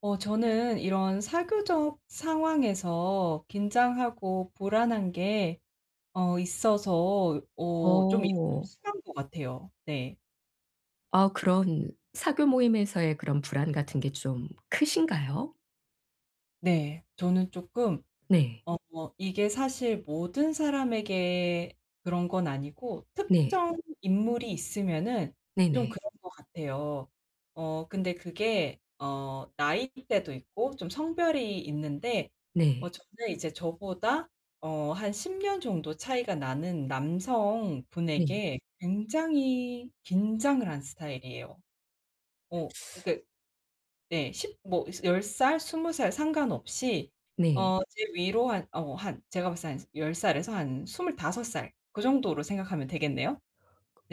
저는 이런 사교적 상황에서 긴장하고 불안한 게 있어서 좀 이런 게 좀 어. 심한 것 같아요. 네. 아, 그런 사교 모임에서의 그런 불안 같은 게 좀 크신가요? 네. 저는 조금. 네. 어 이게 사실 모든 사람에게 그런 건 아니고 네. 특정 인물이 있으면은 좀 네네. 그런 것 같아요. 근데 그게 나이대도 있고 좀 성별이 있는데 네. 저는 이제 저보다 한 10년 정도 차이가 나는 네. 남성분에게 굉장히 긴장을 한 스타일이에요. 그러니까 네. 십 뭐 10 살, 20살 상관없이 네. 제 위로 한 제가 봤을 때 한 10 살에서 한 25살 그 정도로 생각하면 되겠네요.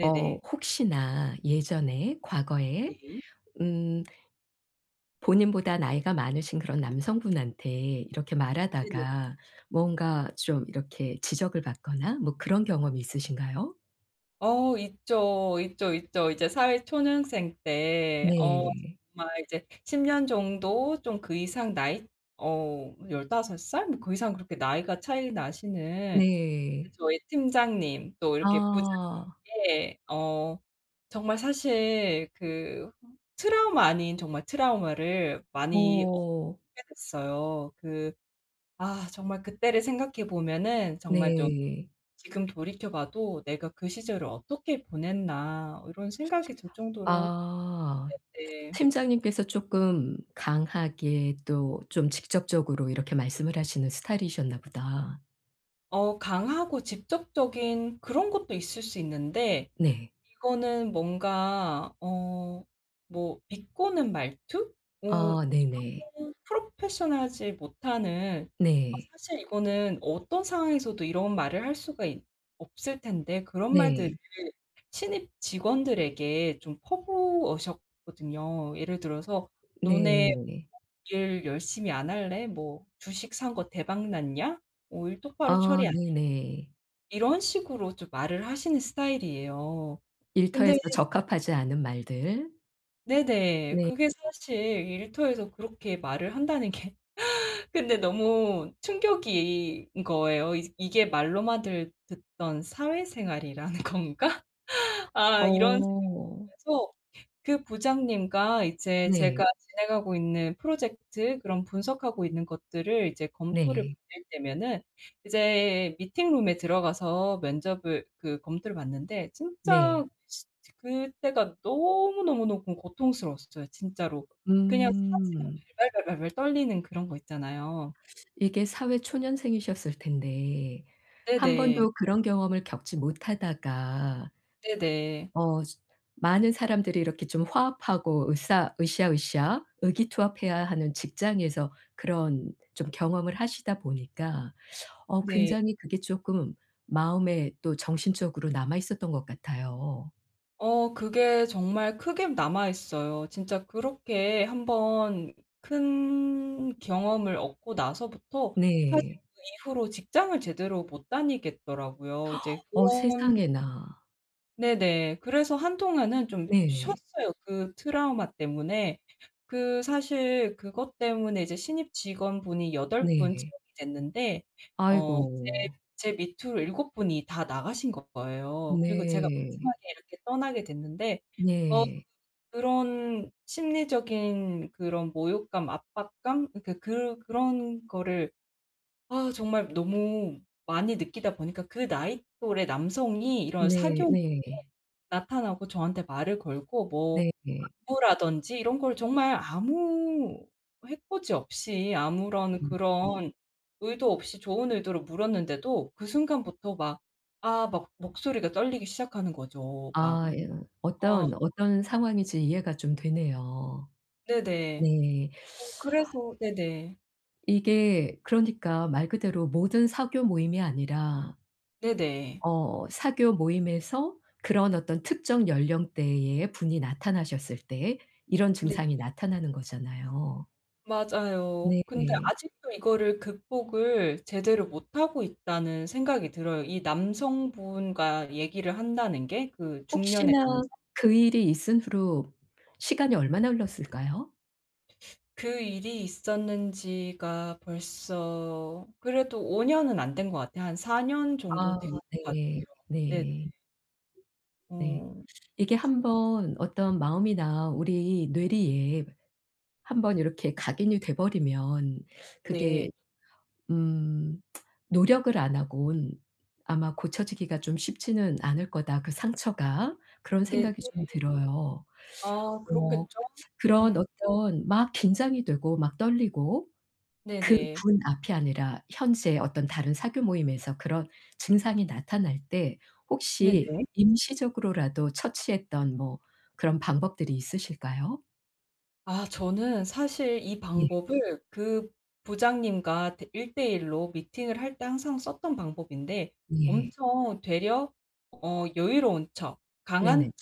어 혹시나 예전에 과거에 네. 음 본인보다 나이가 많으신 그런 남성분한테 이렇게 네네. 말하다가 뭔가 좀 이렇게 지적을 받거나 뭐 그런 경험이 있으신가요? 있죠, 있죠, 있죠. 이제 사회 초년생 때 네. 정말 이제 10년 정도 좀 그 이상 나이 15 살 뭐 그 이상 그렇게 나이가 차이 나시는 네. 저희 팀장님 또 이렇게 부자 아. 예. 정말 사실 그 트라우마 아닌 정말 트라우마를 많이 어. 얻게 됐어요. 그 아 정말 그때를 생각해 보면은 정말 좀 네. 지금 돌이켜 봐도 '내가 그 시절을 어떻게 보냈나.' 이런 생각이 들 정도로. 아. 네. 팀장님께서 조금 강하게 또 좀 직접적으로 이렇게 말씀을 하시는 스타일이셨나 보다. 강하고 직접적인 그런 것도 있을 수 있는데 네. 이거는 뭔가 뭐 비꼬는 말투? 아 네네. 이런 프로페셔널하지 못하는 네. 사실 이거는 어떤 상황에서도 이런 말을 할 수가 있 없을 텐데 그런 말들을 네. 신입 직원들에게 좀 퍼부으셨거든요. 예를 들어서 "너네 네. 일 열심히 안 할래? 뭐 주식 산 거 대박 났냐? 일 똑바로 아 처리 안" 네네. 이런 식으로 좀 말을 하시는 스타일이에요. 근데 일터에서 적합하지 않은 말들. 네네. 네. 그게 사실 일터에서 그렇게 말을 한다는 게 근데 너무 충격인 거예요. 이 '이게 말로만 들 듣던 사회생활이라는 건가?' 아 이런 어. 생각에서 그 부장님과 이제 네. 제가 진행하고 있는 프로젝트 그런 분석하고 있는 것들을 이제 검토를 네. 받을 때면은 이제 미팅룸에 들어가서 면접을 그 검토를 받는데 진짜 네. 시 그때가 너무너무너무 고통스러웠어요 진짜로. 그냥 사지가 음. 발발발발발 떨리는 그런 거 있잖아요. 이게 사회 초년생이셨을 텐데 한 네네. 번도 그런 경험을 겪지 못하다가 네네. 어 많은 사람들이 이렇게 좀 화합하고 으쌰 으쌰으쌰 의기투합해야 하는 직장에서 그런 좀 경험을 하시다 보니까 어 네. 굉장히 그게 쪼끔 마음에 또 정신적으로 남아 있었던 것 같아요. 그게 정말 크게 남아 있어요. 진짜 그렇게 한번 큰 경험을 얻고 나서부터 사실 네. 그 이후로 직장을 제대로 못 다니겠더라고요. 이제 어 그런 세상에나. 네네. 그래서 한동안은 좀 네. 쉬었어요, 그 트라우마 때문에. 그 사실 그것 때문에 이제 신입 직원분이 8분 네. 채용이 됐는데 어 제 아이고. 제 밑으로 7 분이 다 나가신 거예요. 그리고 제가 네. 마지막에 이렇게 떠나게 됐는데 어 네. 그런 심리적인 그런 모욕감, 압박감 그러니까 그런 거를 아 정말 너무 많이 느끼다 보니까 그 나이 또래 남성이 이런 네 사교 모임에 네. 나타나고 저한테 말을 걸고 뭐 네. 당부라든지 이런 걸 정말 아무 해코지 없이 아무런 음. 그런 의도 없이 좋은 의도로 물었는데도 그 순간부터 막 아 막 목소리가 떨리기 시작하는 거죠. 막 아 이렇게. 예. 어 어떤, 어떤 상황인지 이해가 좀 되네요. 네네. 네. 그래서 네네. 이게 그러니까 말 그대로 모든 사교 모임이 아니라 네네. 어 사교 모임에서 그런 어떤 특정 연령대의 분이 나타나셨을 때 이런 네. 증상이 나타나는 거잖아요. 맞아요. 근데 네. 아직도 이거를 극복을 제대로 못하고 있다는 생각이 들어요. 이 남성분과 얘기를 한다는 게, 그 중년의 혹시나 남자. 그 일이 있은 후로 시간이 얼마나 흘렀을까요? 그 일이 있었는지가 벌써 그래도 5 년은 안 된 것 같아요. 한 4년 정도 아 된 것 같아요. 네. 네. 네. 네. 어 이게 한번 어떤 마음이나 우리 뇌리에 한번 이렇게 각인이 돼 버리면 네. 그게 음 '노력을 안 하곤 아마 고쳐지기가 좀 쉽지는 않을 거다, 그 상처가.' 그런 네네. 생각이 좀 들어요. 아 어 그렇겠죠. 그런 음. 어떤 막 긴장이 되고 막 떨리고 그 네네. 분 앞이 아니라 현재 어떤 다른 사교 모임에서 그런 증상이 나타날 때 혹시 네네. 임시적으로라도 처치했던 뭐 그런 방법들이 있으실까요? 아 저는 사실 이 예. 방법을 그 부장님과 일대일로 미팅을 할 때 항상 썼던 방법인데 예. 엄청 되려 여유로운 척, 네네. 강한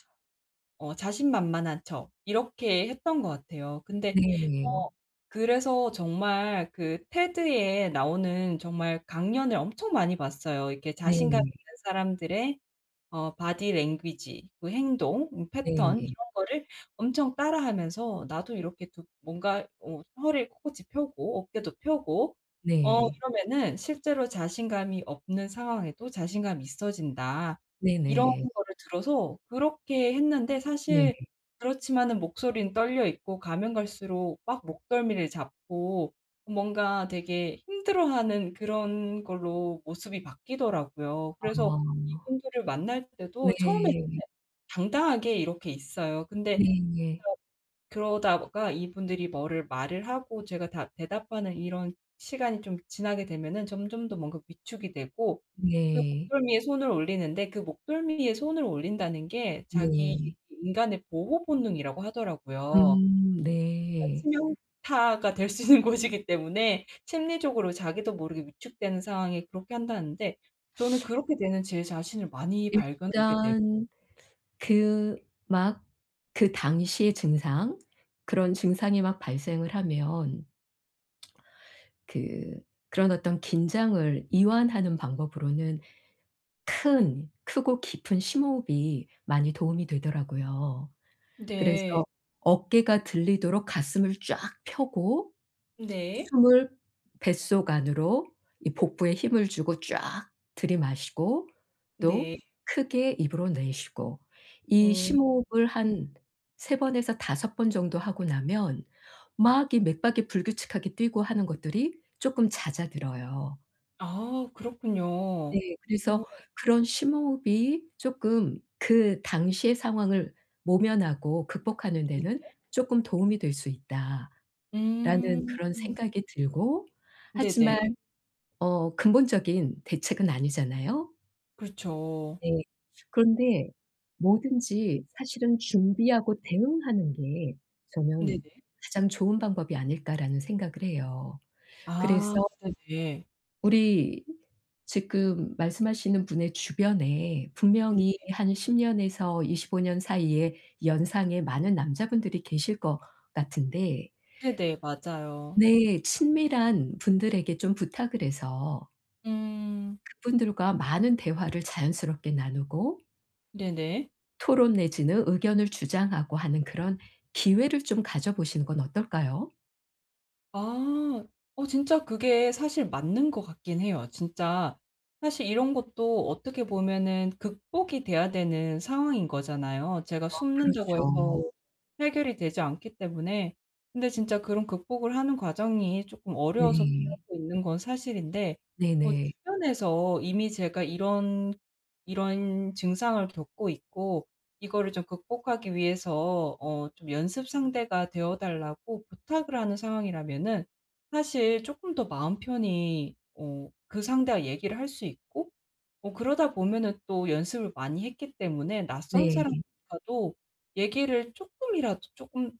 자신만만한 척 이렇게 했던 것 같아요. 근데 네. 네. 어 그래서 정말 그 테드에 나오는 정말 강연을 엄청 많이 봤어요. 이렇게 네. 자신감 네. 있는 사람들의 바디 랭귀지, 그 행동 패턴. 네네. 이런 거를 엄청 따라하면서, 나도 이렇게 두 뭔가 허리를 코끝이 펴고 어깨도 펴고 이러면은 실제로 자신감이 없는 상황에도 자신감이 있어진다. 네네. 이런 네. 거를 들어서 그렇게 했는데 사실 네. 그렇지만은 목소리는 떨려 있고, 가면 갈수록 막 목덜미를 잡고 뭔가 되게 힘들어하는 그런 걸로 모습이 바뀌더라고요. 그래서 어. 이분들을 만날 때도 처음에 네. 당당하게 이렇게 있어요. 근데 네. 네. 그러다가 이분들이 뭐를 말을 하고 제가 다 대답하는 이런 시간이 좀 지나게 되면은 점점 더 뭔가 위축이 되고 그 네. 목덜미에 손을 올리는데, 그 목덜미에 손을 올린다는 게 자기 네. 인간의 보호 본능이라고 하더라고요. 그러니까 네. 치명타가 될 수 있는 곳이기 때문에 심리적으로 자기도 모르게 위축되는 상황에 그렇게 한다는데, 저는 그렇게 되는 제 자신을 많이 발견하게 돼요. 일단 그 막 그 당시의 증상, 그런 증상이 막 발생을 하면 그 그런 어떤 긴장을 이완하는 방법으로는 큰 크고 깊은 심호흡이 많이 도움이 되더라고요. 그래서 네. 어깨가 들리도록 가슴을 쫙 펴고 네. 숨을 뱃속 안으로 이 복부에 힘을 주고 쫙 들이마시고 또 네. 크게 입으로 내쉬고 이 어. 심호흡을 한 3 번에서 5번 정도 하고 나면 막 이 맥박이 불규칙하게 뛰고 하는 것들이 쪼끔 잦아들어요. 아 그렇군요. 어 네. 그래서 그런 심호흡이 쪼끔 그 당시의 상황을 모면하고 극복하는 네네. 데는 '쪼끔 도움이 될 수 있다.'라는 음. 그런 생각이 들고 하지만 네네. 어 근본적인 대책은 아니잖아요. 그렇죠. 네. 그런데 뭐든지 사실은 준비하고 대응하는 게 저는 네네. '가장 좋은 방법이 아닐까.'라는 생각을 해요. 그래서 아 네네. 우리 지금 말씀하시는 분의 주변에 네. 분명히 한 10 년에서 25년 사이에 연상의 많은 남자분들이 계실 것 같은데. 네네. 맞아요. 네. 친밀한 분들에게 좀 부탁을 해서 음. 그분들과 많은 대화를 자연스럽게 나누고 네네. 토론 내지는 의견을 주장하고 하는 그런 기회를 좀 가져보시는 건 어떨까요? 아. 진짜 그게 사실 맞는 것 같긴 해요. 진짜 사실 이런 것도 어떻게 보면은 극복이 돼야 되는 상황인 거잖아요. 제가 숨는다고 그렇죠. 해서 해결이 되지 않기 때문에. 근데 진짜 그런 극복을 하는 과정이 조금 어려워서 네. 피하고 있는 건 사실인데 네네. 주변에서 이미 제가 이런 증상을 겪고 있고 이거를 좀 극복하기 위해서 좀 연습 상대가 되어 달라고 부탁을 하는 상황이라면은 사실 조금 더 마음 편히 그 상대와 얘기를 할 수 있고 그러다 보면은 또 연습을 많이 했기 때문에 낯선 네. 사람과도 얘기를 조금이라도 조금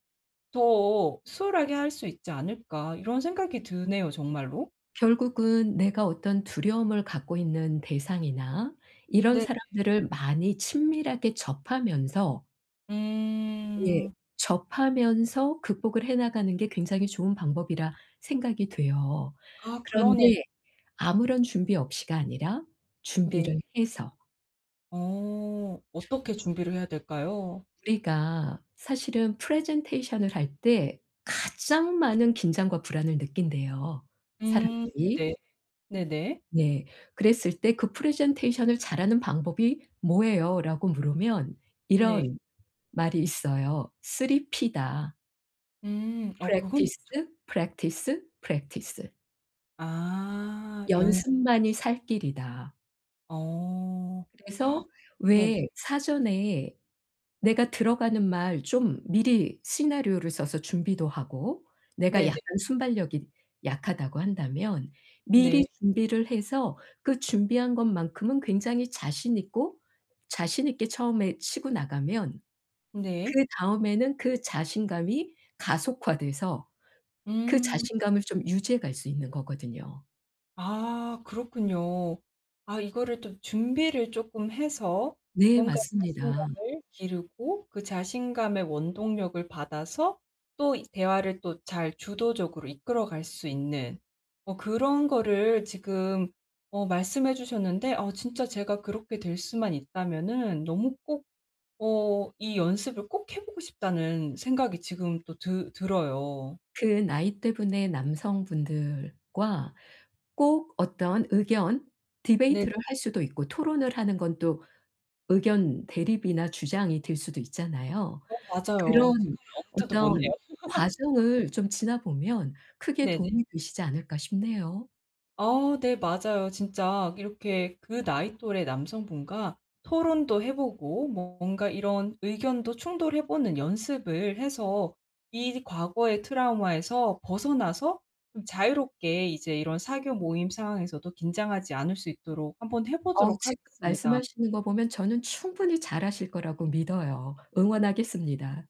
더 수월하게 할 수 있지 않을까, 이런 생각이 드네요 정말로. 결국은 내가 어떤 두려움을 갖고 있는 대상이나 이런 네. 사람들을 많이 친밀하게 접하면서 예. 음. 접하면서 극복을 해 나가는 게 굉장히 좋은 방법이라 생각이 돼요. 아 그러네요. 그런데 아무런 준비 없이가 아니라 네. 준비를 해서, 어떻게 준비를 해야 될까요? 우리가 사실은 프레젠테이션을 할 때 가장 많은 긴장과 불안을 느낀대요, 음. 사람들이. 네네. 네네. 네. 그랬을 때 "그 프레젠테이션을 잘하는 방법이 뭐예요?"라고 물으면 네. 이런 말이 있어요. 3 P다. 음. 그건 Practice, practice, practice. 아 연습, 연습만이 연습. 살 길이다. 어. 그래서 네네. 왜 사전에 내가 들어가는 말 좀 미리 시나리오를 써서 준비도 하고, 내가 네네. 약간 순발력이 약하다고 한다면 미리 네. 준비를 해서 그 준비한 것만큼은 굉장히 자신 있고, 자신 있게 처음에 치고 나가면 네. 그다음에는 그 자신감이 가속화돼서 그 음. 자신감을 좀 유지해 갈 수 있는 거거든요. 아 그렇군요. 아 이거를 좀 준비를 조금 해서 네 뭔가 맞습니다. 자신감을 기르고 그 자신감의 원동력을 받아서 또 이 대화를 또 잘 주도적으로 이끌어갈 수 있는 그런 거를 지금 말씀해 주셨는데 진짜 제가 그렇게 될 수만 있다면은 너무 꼭 이 연습을 꼭 해 보고 싶다는 생각이 지금 또 드 들어요. 그 나이 대분의 남성분들과 꼭 어떤 의견 네. 디베이트를 할 수도 있고, 토론을 하는 건 또 의견 대립이나 주장이 될 수도 있잖아요. 맞아요. 지금 그런 엉 엄두도 못 어떤 내요. 과정을 좀 지나 보면 크게 네. 도움이 되시지 않을까 싶네요. 아 네. 맞아요. 진짜 이렇게 그 나이 또래 남성분과 토론도 해 보고 뭔가 이런 의견도 충돌해 보는 연습을 해서 이 과거의 트라우마에서 벗어나서 좀 자유롭게 이제 이런 사교 모임 상황에서도 긴장하지 않을 수 있도록 한번 해 어 보도록 지금 하겠습니다. 말씀하시는 거 보면 저는 충분히 잘하실 거라고 믿어요. 응원하겠습니다.